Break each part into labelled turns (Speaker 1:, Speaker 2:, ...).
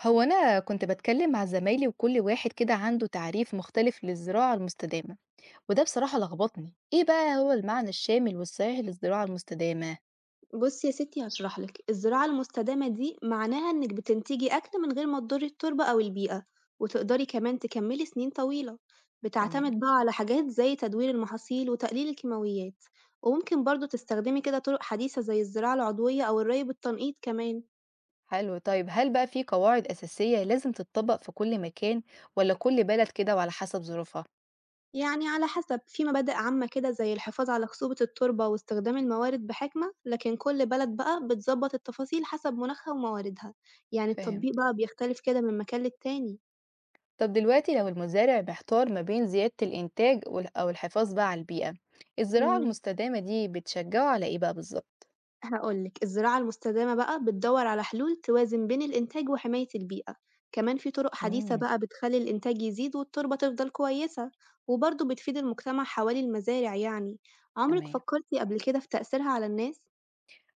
Speaker 1: هو أنا كنت باتكلم مع زمايلي، وكل واحد كده عنده تعريف مختلف للزراعة المستدامة. وده بصراحة لخبطني، إيه بقى هو المعنى الشامل والصحيح للزراعة المستدامة؟
Speaker 2: بُصّي يا ستّي هاشرح لِك، الزراعة المستدامة دي معناها إنِّك بتنتجي أكل من غير ما تضري التربة أو البيئة، وتقدري كمان تكمّلي سنين طويلة،
Speaker 1: تمام.
Speaker 2: بتعتمد بقى على حاجات زي تدوير المحاصيل وتقليل الكيماويات، وممكن برضه تستخدمي كده طرق حديثة زي الزراعة العضوية أو الري بالتنقيط كمان،
Speaker 1: حلو، طيب هل بقى في قواعد أساسية لازم تتطبق في كل مكان، ولا كل بلد كده وعلى حسب ظروفها؟
Speaker 2: يعني على حسب، في مبادئ عامة كده زي الحفاظ على خصوبة التربة واستخدام الموارد بحكمة، لكن كل بلد بقى بتضبّط التفاصيل حسب مناخها ومواردها، يعني
Speaker 1: فاهم.
Speaker 2: التطبيق بقى بيختلف كده من مكان للتاني.
Speaker 1: طب دلوقتي لو المزارع محتار ما بين زيادة الإنتاج أو الحفاظ بقى على البيئة، الزراعة
Speaker 2: إمم.
Speaker 1: المستدامة دي بتشجعه على إيه بقى بالظبط؟
Speaker 2: هاقول لك، الزراعة المستدامة بقى بتدوّر على حلول توازن بين الإنتاج وحماية البيئة، كمان في طرق حديثة
Speaker 1: امم
Speaker 2: بقى بتخلّي الإنتاج يزيد والتربة تفضل كويسة، وبرضه بتفيد المجتمع حوالي المزارع يعني، عمرِك
Speaker 1: تمام.
Speaker 2: فكرتِ قبل كده في تأثيرها على الناس؟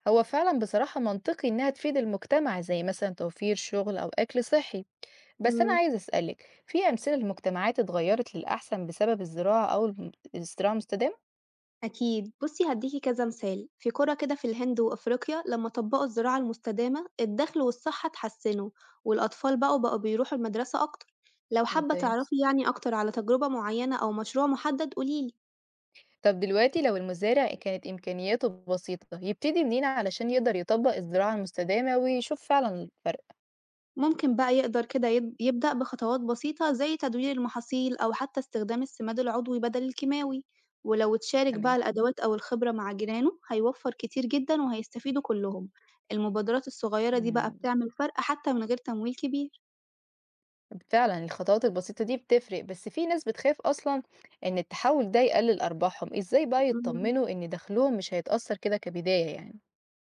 Speaker 1: هو فعلا بصراحة منطقي إنها تفيد المجتمع، زي مثلا توفير شغل أو أكل صحي. بس أنا
Speaker 2: إمم،
Speaker 1: عايز أسألك، في أمثلة لمجتمعات اتغيرت للأحسن بسبب الزراعة أو الزراعة المستدامة؟
Speaker 2: أكيد، بُصّي هادّيكِ كذا مثال، في قرى كده في الهند وأفريقيا لمّا طبّقوا الزراعة المستدامة الدخل والصحة اتحسّنوا، والأطفال بقوا بيروحوا المدرسة أكتر، لو حابة
Speaker 1: ممتاز.
Speaker 2: تعرفي يعني أكتر على تجربة معيّنة أو مشروع محدد قولي لي.
Speaker 1: طب دلوقتي لو المزارع كانت إمكانياته بسيطة، يبتدي منين علشان يقدر يطبق الزراعة المستدامة ويشوف فعلا الفرق؟
Speaker 2: ممكن بقى يقدر كده يبدأ بخطوات بسيطة زي تدوير المحاصيل أو حتى استخدام السماد العضوي بدل الكيماوي، ولو تشارك
Speaker 1: تمام.
Speaker 2: بقى الأدوات أو الخبرة مع جيرانه هيوفر كتير جدا وهيستفيدوا كلهم. المبادرات الصغيرة دي بقى
Speaker 1: مم.
Speaker 2: بتعمل فرق حتى من غير تمويل كبير.
Speaker 1: فعلا الخطوات البسيطة دي بتفرق، بس في ناس بتخاف أصلا إن التحول ده يقلل أرباحهم. إزاي بقى
Speaker 2: مم.
Speaker 1: يطمنوا إن دخلهم مش هيتأثر كده كبداية يعني؟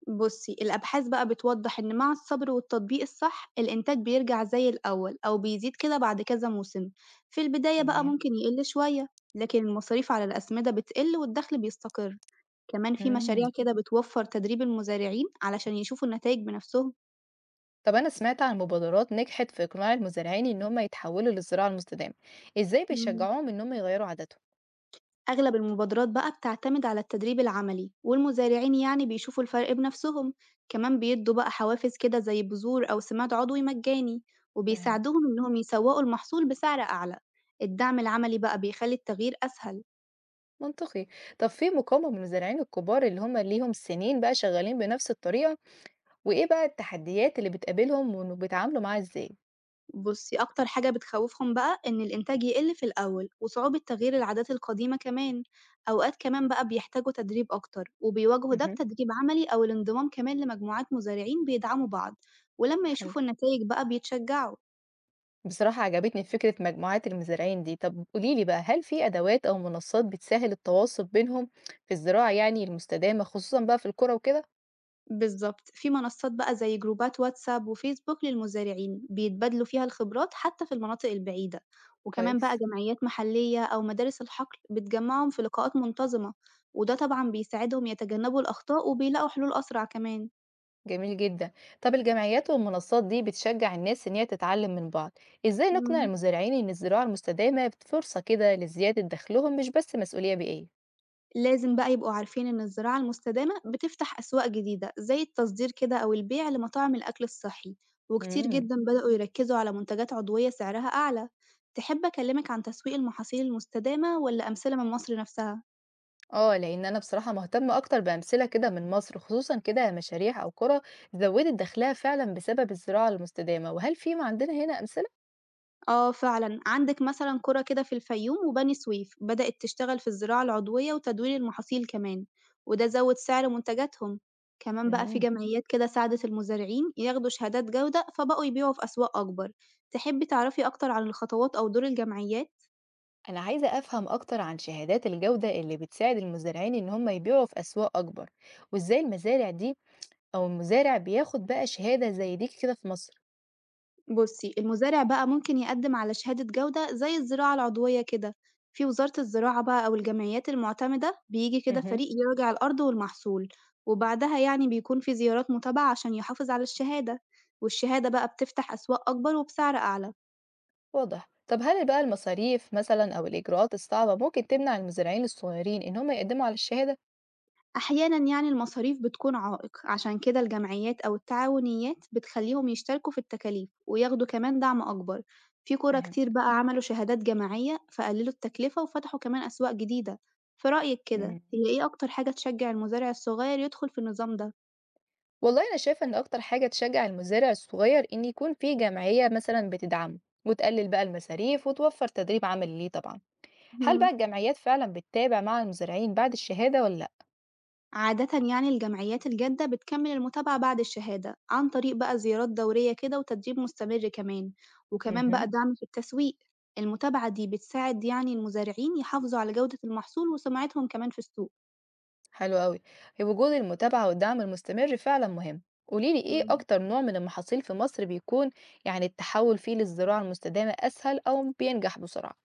Speaker 2: بصي الأبحاث بقى بتوضح إن مع الصبر والتطبيق الصح الإنتاج بيرجع زي الأول أو بيزيد كده بعد كذا موسم، في البداية بقى
Speaker 1: تمام.
Speaker 2: ممكن يقل شوية، لكن المصاريف على الأسمدة بتقل والدخل بيستقر، كمان في
Speaker 1: إمم.
Speaker 2: مشاريع كده بتوفّر تدريب المزارعين علشان يشوفوا النتايج بنفسهم.
Speaker 1: طب أنا سمعت عن مبادرات نجحت في إقناع المزارعين إن هم يتحولوا للزراعة المستدامة، إزاي
Speaker 2: إمم.
Speaker 1: بيشجعوهم إن هم يغيّروا عاداتهم؟
Speaker 2: أغلب المبادرات بقى بتعتمد على التدريب العملي، والمزارعين يعني بيشوفوا الفرق بنفسهم، كمان بيدّوا بقى حوافز كده زي بذور أو سماد عضوي مجاني،
Speaker 1: فاهم،
Speaker 2: وبيساعدوهم إنهم يسوّقوا المحصول بسعر أعلى. الدعم العملي بقى بيخلّي التغيير أسهل.
Speaker 1: منطقي. طب في مقاومة من المزارعين الكبار اللي هم ليهم سنين بقى شغالين بنفس الطريقة، وإيه بقى التحديات اللي بتقابلهم وإنه بيتعاملوا معاها إزاي؟
Speaker 2: بُصّي، أكتر حاجة بتخوّفهم بقى إن الإنتاج يقِل في الأول وصعوبة تغيير العادات القديمة كمان، أوقات كمان بقى بيحتاجوا تدريب أكتر وبيواجهوا ده
Speaker 1: اهم،
Speaker 2: بتدريب عملي أو الانضمام كمان لمجموعات مزارعين بيدعموا بعض، ولمّا
Speaker 1: حلو.
Speaker 2: يشوفوا النتايج بقى بيتشجعوا.
Speaker 1: بصراحة عجبتني فكرة مجموعات المزارعين دي. طب قولي لي بقى، هل في أدوات أو منصات بتسهّل التواصل بينهم في الزراعة يعني المستدامة، خصوصًا بقى في القرى وكده؟
Speaker 2: بالضبط، في منصات بقى زي جروبات واتساب وفيسبوك للمزارعين، بيتبادلوا فيها الخبرات حتى في المناطق البعيدة، وكمان بقى
Speaker 1: كويس.
Speaker 2: جمعيات محلية أو مدارس الحقل بتجمعهم في لقاءات منتظمة، وده طبعًا بيساعدهم يتجنبوا الأخطاء وبيلاقوا حلول أسرع كمان.
Speaker 1: جميل جدًا. طب الجمعيات والمنصات دي بتشجّع الناس إن هي تتعلّم من بعض، إزاي نقنع
Speaker 2: إمم.
Speaker 1: المزارعين إن الزراعة المستدامة فرصة كده لزيادة دخلهم مش بس مسؤولية بيئية؟
Speaker 2: لازم بقى يبقوا عارفين إن الزراعة المستدامة بتفتح أسواق جديدة زي التصدير كده أو البيع لمطاعم الأكل الصحي، وكتير
Speaker 1: إمم.
Speaker 2: جدًا بدأوا يركزوا على منتجات عضوية سعرها أعلى، تحب أكلمك عن تسويق المحاصيل المستدامة والّا أمثلة من مصر نفسها؟
Speaker 1: آه، لإن أنا بصراحة مهتمة أكتر بأمثلة كده من مصر، خصوصًا كده مشاريع أو قرى زوّدت دخلها فعلًا بسبب الزراعة المستدامة. وهل في م عندنا هنا أمثلة؟
Speaker 2: آه فعلًا، عندِك مثلًا قرى كده في الفيوم وبني سويف بدأت تشتغل في الزراعة العضوية وتدوير المحاصيل كمان، وده زود سعر منتجاتهم، كمان بقى في
Speaker 1: إمم.
Speaker 2: جمعيات كده ساعدت المزارعين ياخدوا شهادات جودة فبقوا يبيعوا في أسواق أكبر، تحبي تعرفي أكتر عن الخطوات أو دور الجمعيات؟
Speaker 1: أنا عايزة أفهم أكتر عن شهادات الجودة اللي بتساعد المزارعين إن هم يبيعوا في أسواق أكبر، وإزاي المزارع دي أو المزارع بياخد بقى شهادة زي دي كده في مصر.
Speaker 2: بُصّي، المزارع بقى ممكن يقدّم على شهادة جودة زي الزراعة العضوية كده، في وزارة الزراعة بقى أو الجمعيات المعتمدة بييجي كده
Speaker 1: مهم.
Speaker 2: فريق يراجع الأرض والمحصول، وبعدها يعني بيكون في زيارات متابعة عشان يحافظ على الشهادة، والشهادة بقى بتفتح أسواق أكبر وبسعر أعلى.
Speaker 1: واضح. طب هل بقى المصاريف مثلا أو الإجراءات الصعبة ممكن تمنع المزارعين الصغيرين إن هم يقدموا على الشهادة؟
Speaker 2: أحيانًا يعني المصاريف بتكون عائق، عشان كده الجمعيات أو التعاونيات بتخلّيهم يشتركوا في التكاليف وياخدوا كمان دعم أكبر. في قرى كتير
Speaker 1: فهمت.
Speaker 2: بقى عملوا شهادات جماعية، فقللوا التكلفة وفتحوا كمان أسواق جديدة. في رأيِك كده،
Speaker 1: مم.
Speaker 2: هي إيه أكتر حاجة تشجّع المزارع الصغير يدخل في النظام ده؟
Speaker 1: والله أنا شايفة إن أكتر حاجة تشجع المزارع الصغير إن يكون في جمعية مثلا بتدعمه، وتقلل بقى المصاريف وتوفر تدريب عملي ليه طبعا. هل بقى
Speaker 2: اهم.
Speaker 1: الجمعيات فعلا بتتابع مع المزارعين بعد الشهادة ولا لأ؟
Speaker 2: عادةً يعني الجمعيات الجادة بتكمل المتابعة بعد الشهادة عن طريق بقى زيارات دورية كده وتدريب مستمر كمان، وكمان
Speaker 1: مهم.
Speaker 2: بقى دعم في التسويق، المتابعة دي بتساعد يعني المزارعين يحافظوا على جودة المحصول وسمعتهم كمان في السوق.
Speaker 1: حلو أوي. وجود المتابعة والدعم المستمر فعلا مهم. قوليلي ايه
Speaker 2: مم.
Speaker 1: أكتر نوع من المحاصيل في مصر بيكون يعني التحول فيه للزراعة المستدامة أسهل أو بينجح بسرعة؟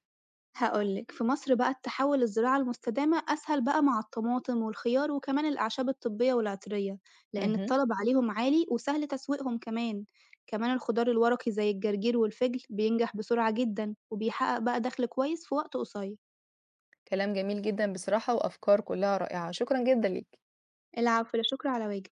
Speaker 2: هاقول لك، في مصر بقى التحول للزراعة المستدامة أسهل بقى مع الطماطم والخيار وكمان الأعشاب الطبية والعطرية، لأن
Speaker 1: مهم.
Speaker 2: الطلب عليهم عالي وسهل تسويقهم كمان، كمان الخضار الورقي زي الجرجير والفجل بينجح بسرعة جدًا وبيحقق بقى دخل كويس في وقت قصير.
Speaker 1: كلام جميل جدا بصراحة، وأفكار كلها رائعة، شكرا جدا ليك.
Speaker 2: العفو، لا شكر على واجب.